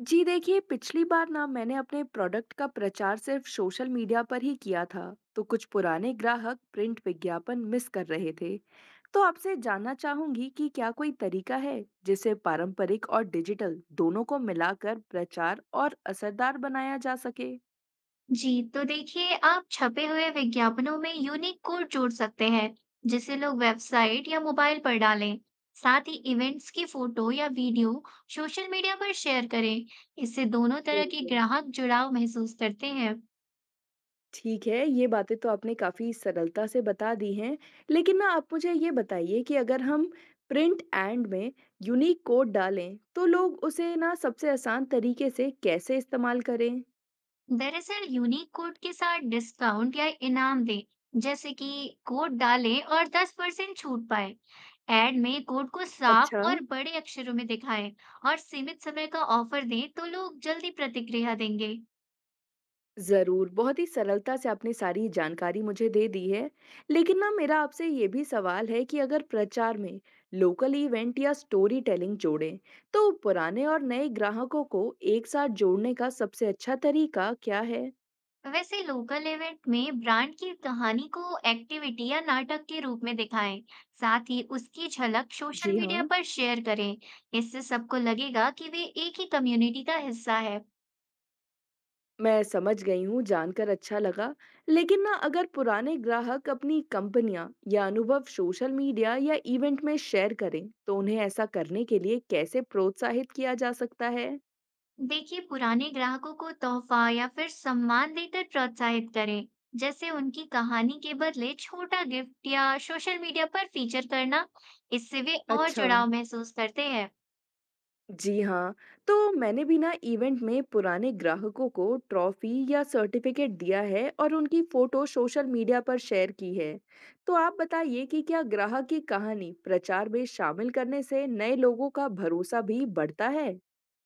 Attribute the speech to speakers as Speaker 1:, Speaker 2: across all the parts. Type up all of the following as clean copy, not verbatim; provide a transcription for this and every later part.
Speaker 1: जी देखिए पिछली बार ना मैंने अपने प्रोडक्ट का प्रचार सिर्फ सोशल मीडिया पर ही किया था। तो कुछ पुराने ग्राहक प्रिंट विज्ञापन मिस कर रहे थे। तो आपसे जानना चाहूंगी कि क्या कोई तरीका है जिससे पारंपरिक और डिजिटल दोनों को मिलाकर प्रचार और असरदार बनाया जा सके।
Speaker 2: जी, तो देखिए आप छपे हुए विज्ञापनों में यूनिक कोड जोड़ सकते हैं, जिसे लोग वेबसाइट या मोबाइल पर डालें। साथ ही इवेंट्स की फोटो या वीडियो सोशल मीडिया पर शेयर करें। इससे दोनों तरह के
Speaker 1: बिल्कुल।
Speaker 2: ग्राहक जुड़ाव महसूस करते हैं।
Speaker 1: ठीक है, ये बातें तो आपने काफ़ी सरलता से बता दी हैं। लेकिन ना आप मुझे ये बताइए कि अगर हम प्रिंट एंड में यूनिक कोड डालें, तो लोग उसे ना सबसे आसान तरीके से कैसे इस्तेमाल करें?
Speaker 2: दरअसल यूनिक कोड के साथ डिस्काउंट या इनाम दें, जैसे कि कोड डालें और 10% छूट पाए। ऐड में कोड को साफ
Speaker 1: अच्छा।
Speaker 2: और बड़े अक्षरों में दिखाएं और सीमित समय का ऑफर दें तो लोग जल्दी प्रतिक्रिया देंगे।
Speaker 1: ज़रूर, बहुत ही सरलता से आपने सारी जानकारी मुझे दे दी है। लेकिन ना मेरा आपसे ये भी सवाल है कि अगर प्रचार में लोकल इवेंट या स्टोरी टेलिंग जोड़ें, तो पुराने और नए ग्राहकों को एक साथ जोड़ने का सबसे अच्छा तरीका क्या है?
Speaker 2: वैसे लोकल इवेंट में ब्रांड की कहानी को एक्टिविटी या नाटक के रूप में दिखाएं, साथ ही उसकी झलक सोशल
Speaker 1: जी
Speaker 2: मीडिया
Speaker 1: हाँ।
Speaker 2: पर शेयर करें। इससे सबको लगेगा कि वे एक ही कम्युनिटी का हिस्सा है।
Speaker 1: मैं समझ गई हूँ, जानकर अच्छा लगा। लेकिन ना अगर पुराने ग्राहक अपनी कंपनियाँ या अनुभव सोशल मीडिया या इवेंट में शेयर करें, तो उन्हें ऐसा करने के लिए कैसे प्रोत्साहित किया जा सकता है?
Speaker 2: देखिए, पुराने ग्राहकों को तोहफा या फिर सम्मान देकर प्रोत्साहित करें, जैसे उनकी कहानी के बदले छोटा गिफ्ट या सोशल मीडिया पर फीचर करना। इससे वे और
Speaker 1: अच्छा।
Speaker 2: जुड़ाव महसूस करते हैं।
Speaker 1: जी हाँ, तो मैंने भी ना इवेंट में पुराने ग्राहकों को ट्रॉफी या सर्टिफिकेट दिया है और उनकी फोटो सोशल मीडिया पर शेयर की है। तो आप बताइए कि क्या ग्राहक की कहानी प्रचार में शामिल करने से नए लोगों का भरोसा भी बढ़ता है?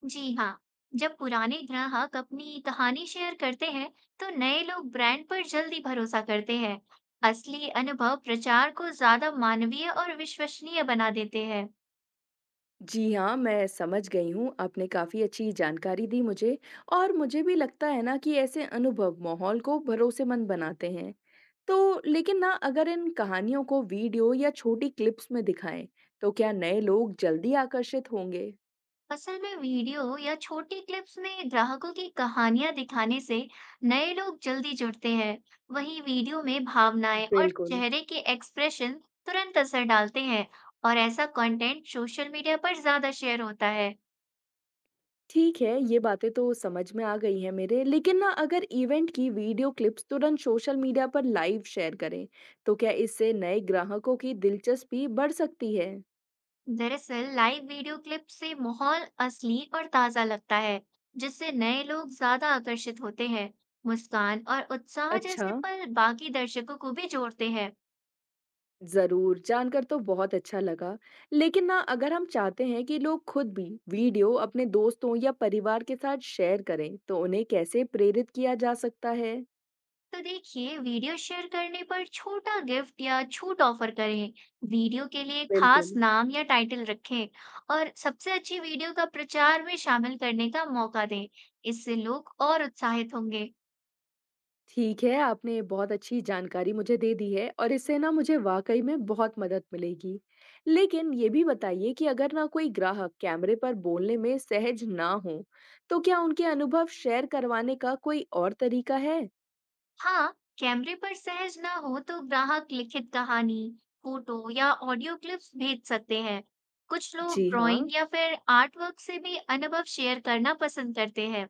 Speaker 2: जी हाँ, जब पुराने ग्राहक अपनी कहानी शेयर करते हैं, तो नए लोग ब्रांड पर जल्दी भरोसा करते हैं। असली अनुभव प्रचार को ज्यादा मानवीय और विश्वसनीय बना देते हैं।
Speaker 1: जी हाँ, मैं समझ गई हूँ। आपने काफ़ी अच्छी जानकारी दी मुझे। और मुझे भी लगता है ना कि ऐसे अनुभव माहौल को भरोसेमंद बनाते हैं। तो लेकिन ना अगर इन कहानियों को वीडियो या छोटी क्लिप्स में दिखाएं, तो क्या नए लोग जल्दी आकर्षित होंगे?
Speaker 2: असल में वीडियो या छोटी क्लिप्स में ग्राहकों की कहानियां दिखाने से नए लोग जल्दी जुड़ते हैं। वहीं वीडियो में भावनाएं और
Speaker 1: बिल्कुल।
Speaker 2: चेहरे के एक्सप्रेशन तुरंत असर डालते हैं और ऐसा कंटेंट सोशल मीडिया पर ज्यादा शेयर होता है।
Speaker 1: ठीक है, ये बातें तो समझ में आ गई हैं मेरे। लेकिन ना अगर इवेंट की वीडियो क्लिप्स तुरंत सोशल मीडिया पर लाइव शेयर करें, तो क्या इससे नए ग्राहकों की दिलचस्पी बढ़ सकती है?
Speaker 2: दरअसल लाइव वीडियो क्लिप से माहौल असली और ताजा लगता है, जिससे नए लोग ज्यादा आकर्षित होते हैं। मुस्कान और उत्साह
Speaker 1: अच्छा।
Speaker 2: जैसे पल बाकी दर्शकों को भी जोड़ते हैं।
Speaker 1: ज़रूर, जानकर तो बहुत अच्छा लगा। लेकिन ना अगर हम चाहते हैं कि लोग खुद भी वीडियो अपने दोस्तों या परिवार के साथ शेयर करें, तो उन्हें कैसे प्रेरित किया जा सकता है?
Speaker 2: तो देखिए वीडियो शेयर करने पर छोटा गिफ्ट या छूट ऑफर करें। वीडियो के लिए खास
Speaker 1: बिल्कुल।
Speaker 2: नाम या टाइटल रखें और सबसे अच्छी वीडियो का प्रचार में शामिल करने का मौका दें। इससे लोग और उत्साहित होंगे।
Speaker 1: ठीक है, आपने बहुत अच्छी जानकारी मुझे दे दी है और इससे ना मुझे वाकई में बहुत मदद मिलेगी। लेकिन ये भी बताइए कि अगर ना कोई ग्राहक कैमरे पर बोलने में सहज ना हो, तो क्या उनके अनुभव शेयर करवाने का कोई और तरीका है?
Speaker 2: हाँ, कैमरे पर सहज ना हो तो ग्राहक लिखित कहानी, फोटो या ऑडियो क्लिप्स भेज सकते हैं। कुछ लोग
Speaker 1: जी हाँ।
Speaker 2: ड्राइंग या फिर आर्ट वर्क से भी अनुभव शेयर करना पसंद करते हैं।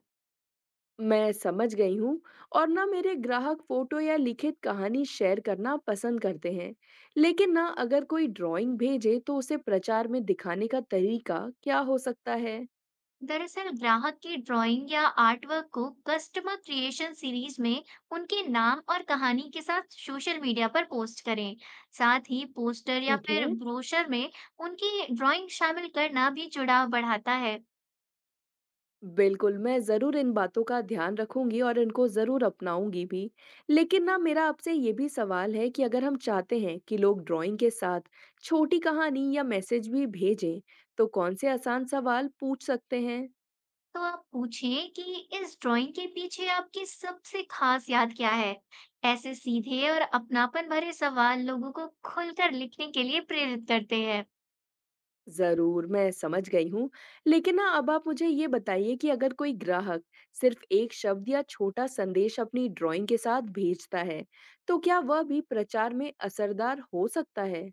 Speaker 1: मैं समझ गई हूँ। और ना मेरे ग्राहक फोटो या लिखित कहानी शेयर करना पसंद करते हैं। लेकिन ना अगर कोई ड्राइंग भेजे तो उसे प्रचार में दिखाने का तरीका क्या हो सकता है?
Speaker 2: दरअसल ग्राहक की ड्राइंग या आर्ट वर्क को कस्टमर क्रिएशन सीरीज में उनके नाम और कहानी के साथ सोशल मीडिया पर पोस्ट करें। साथ ही पोस्टर या
Speaker 1: ठीक
Speaker 2: फिर
Speaker 1: है।
Speaker 2: ब्रोशर में उनकी ड्राइंग शामिल करना भी जुड़ाव बढ़ाता है।
Speaker 1: बिल्कुल, मैं जरूर इन बातों का ध्यान रखूंगी और इनको जरूर अपनाऊंगी भी। लेकिन ना मेरा आपसे ये भी सवाल है कि अगर हम चाहते हैं कि लोग ड्राइंग के साथ छोटी कहानी या मैसेज भी भेजें, तो कौन से आसान सवाल पूछ सकते हैं?
Speaker 2: तो आप पूछें कि इस ड्राइंग के पीछे आपकी सबसे खास याद क्या है? ऐसे सीधे और अपनापन भरे सवाल लोगों को खुलकर लिखने के लिए प्रेरित करते हैं।
Speaker 1: ज़रूर, मैं समझ गई हूँ। लेकिन ना अब आप मुझे ये बताइए कि अगर कोई ग्राहक सिर्फ़ एक शब्द या छोटा संदेश अपनी ड्राइंग के साथ भेजता है, तो क्या वह भी प्रचार में असरदार हो सकता है?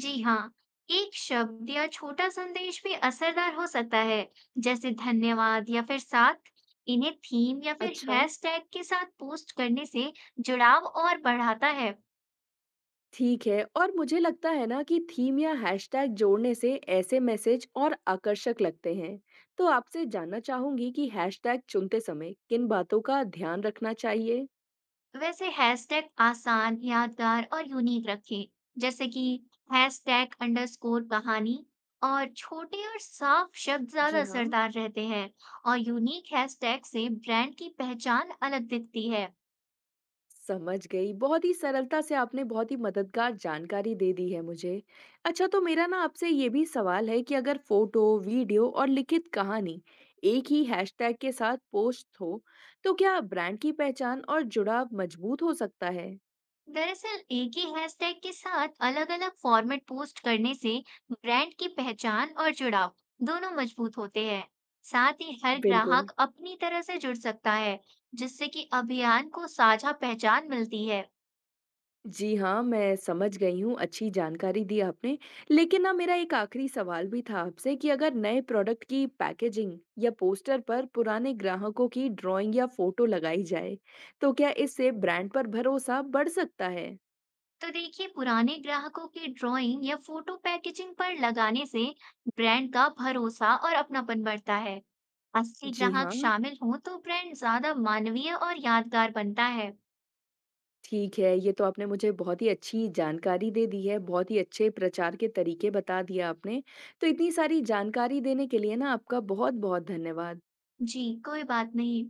Speaker 2: जी हाँ, एक शब्द या छोटा संदेश भी असरदार हो सकता है, जैसे धन्यवाद या फिर साथ। इन्हें थीम या फिर
Speaker 1: अच्छा।
Speaker 2: हैशटैग के साथ पोस्ट करने से जुड़ाव और बढ़ाता है।
Speaker 1: ठीक है, और मुझे लगता है ना कि थीम या हैशटैग जोड़ने से ऐसे मैसेज और आकर्षक लगते हैं। तो आपसे जानना चाहूँगी कि हैशटैग चुनते समय किन बातों का ध्यान रखना चाहिए?
Speaker 2: तो वैसे हैशटैग आसान, यादगार और यूनिक रखें, जैसे कि हैशटैग अंडरस्कोर कहानी। और छोटे और साफ शब्द ज्यादा
Speaker 1: जी हाँ।
Speaker 2: असरदार रहते हैं, और यूनिक हैशटैग से ब्रांड की पहचान अलग दिखती है।
Speaker 1: समझ गई। बहुत ही सरलता से आपने बहुत ही मददगार जानकारी दे दी है मुझे। अच्छा, तो मेरा ना आपसे ये भी सवाल है कि अगर फ़ोटो, वीडियो और लिखित कहानी एक ही हैशटैग के साथ पोस्ट हो, तो क्या ब्रांड की पहचान और जुड़ाव मजबूत हो सकता है?
Speaker 2: दरअसल एक ही हैशटैग के साथ अलग-अलग फॉर्मेट पोस्ट करने से ब्रांड की पहचान और जुड़ाव दोनों मजबूत होते हैं। साथ ही हर
Speaker 1: बिल्कुल।
Speaker 2: ग्राहक अपनी तरह से जुड़ सकता है, जिससे कि अभियान को साझा पहचान मिलती है।
Speaker 1: जी हाँ, मैं समझ गई हूँ, अच्छी जानकारी दी आपने। लेकिन ना मेरा एक आखिरी सवाल भी था आपसे कि अगर नए प्रोडक्ट की पैकेजिंग या पोस्टर पर पुराने ग्राहकों की ड्राइंग या फ़ोटो लगाई जाए, तो क्या इससे ब्रांड पर भरोसा बढ़ सकता है?
Speaker 2: तो देखिए पुराने ग्राहकों की ड्राइंग या फोटो पैकेजिंग पर लगाने से ब्रांड का भरोसा और अपनापन बढ़ता है। असली
Speaker 1: जी
Speaker 2: ग्राहक
Speaker 1: हाँ,
Speaker 2: शामिल हों तो ब्रांड ज्यादा मानवीय और यादगार बनता है।
Speaker 1: ठीक है, ये तो आपने मुझे बहुत ही अच्छी जानकारी दे दी है, बहुत ही अच्छे प्रचार के तरीके बता दिए आपने। तो इतनी सारी जानकारी देने के लिए ना आपका बहुत-बहुत धन्यवाद।
Speaker 2: जी कोई बात नहीं।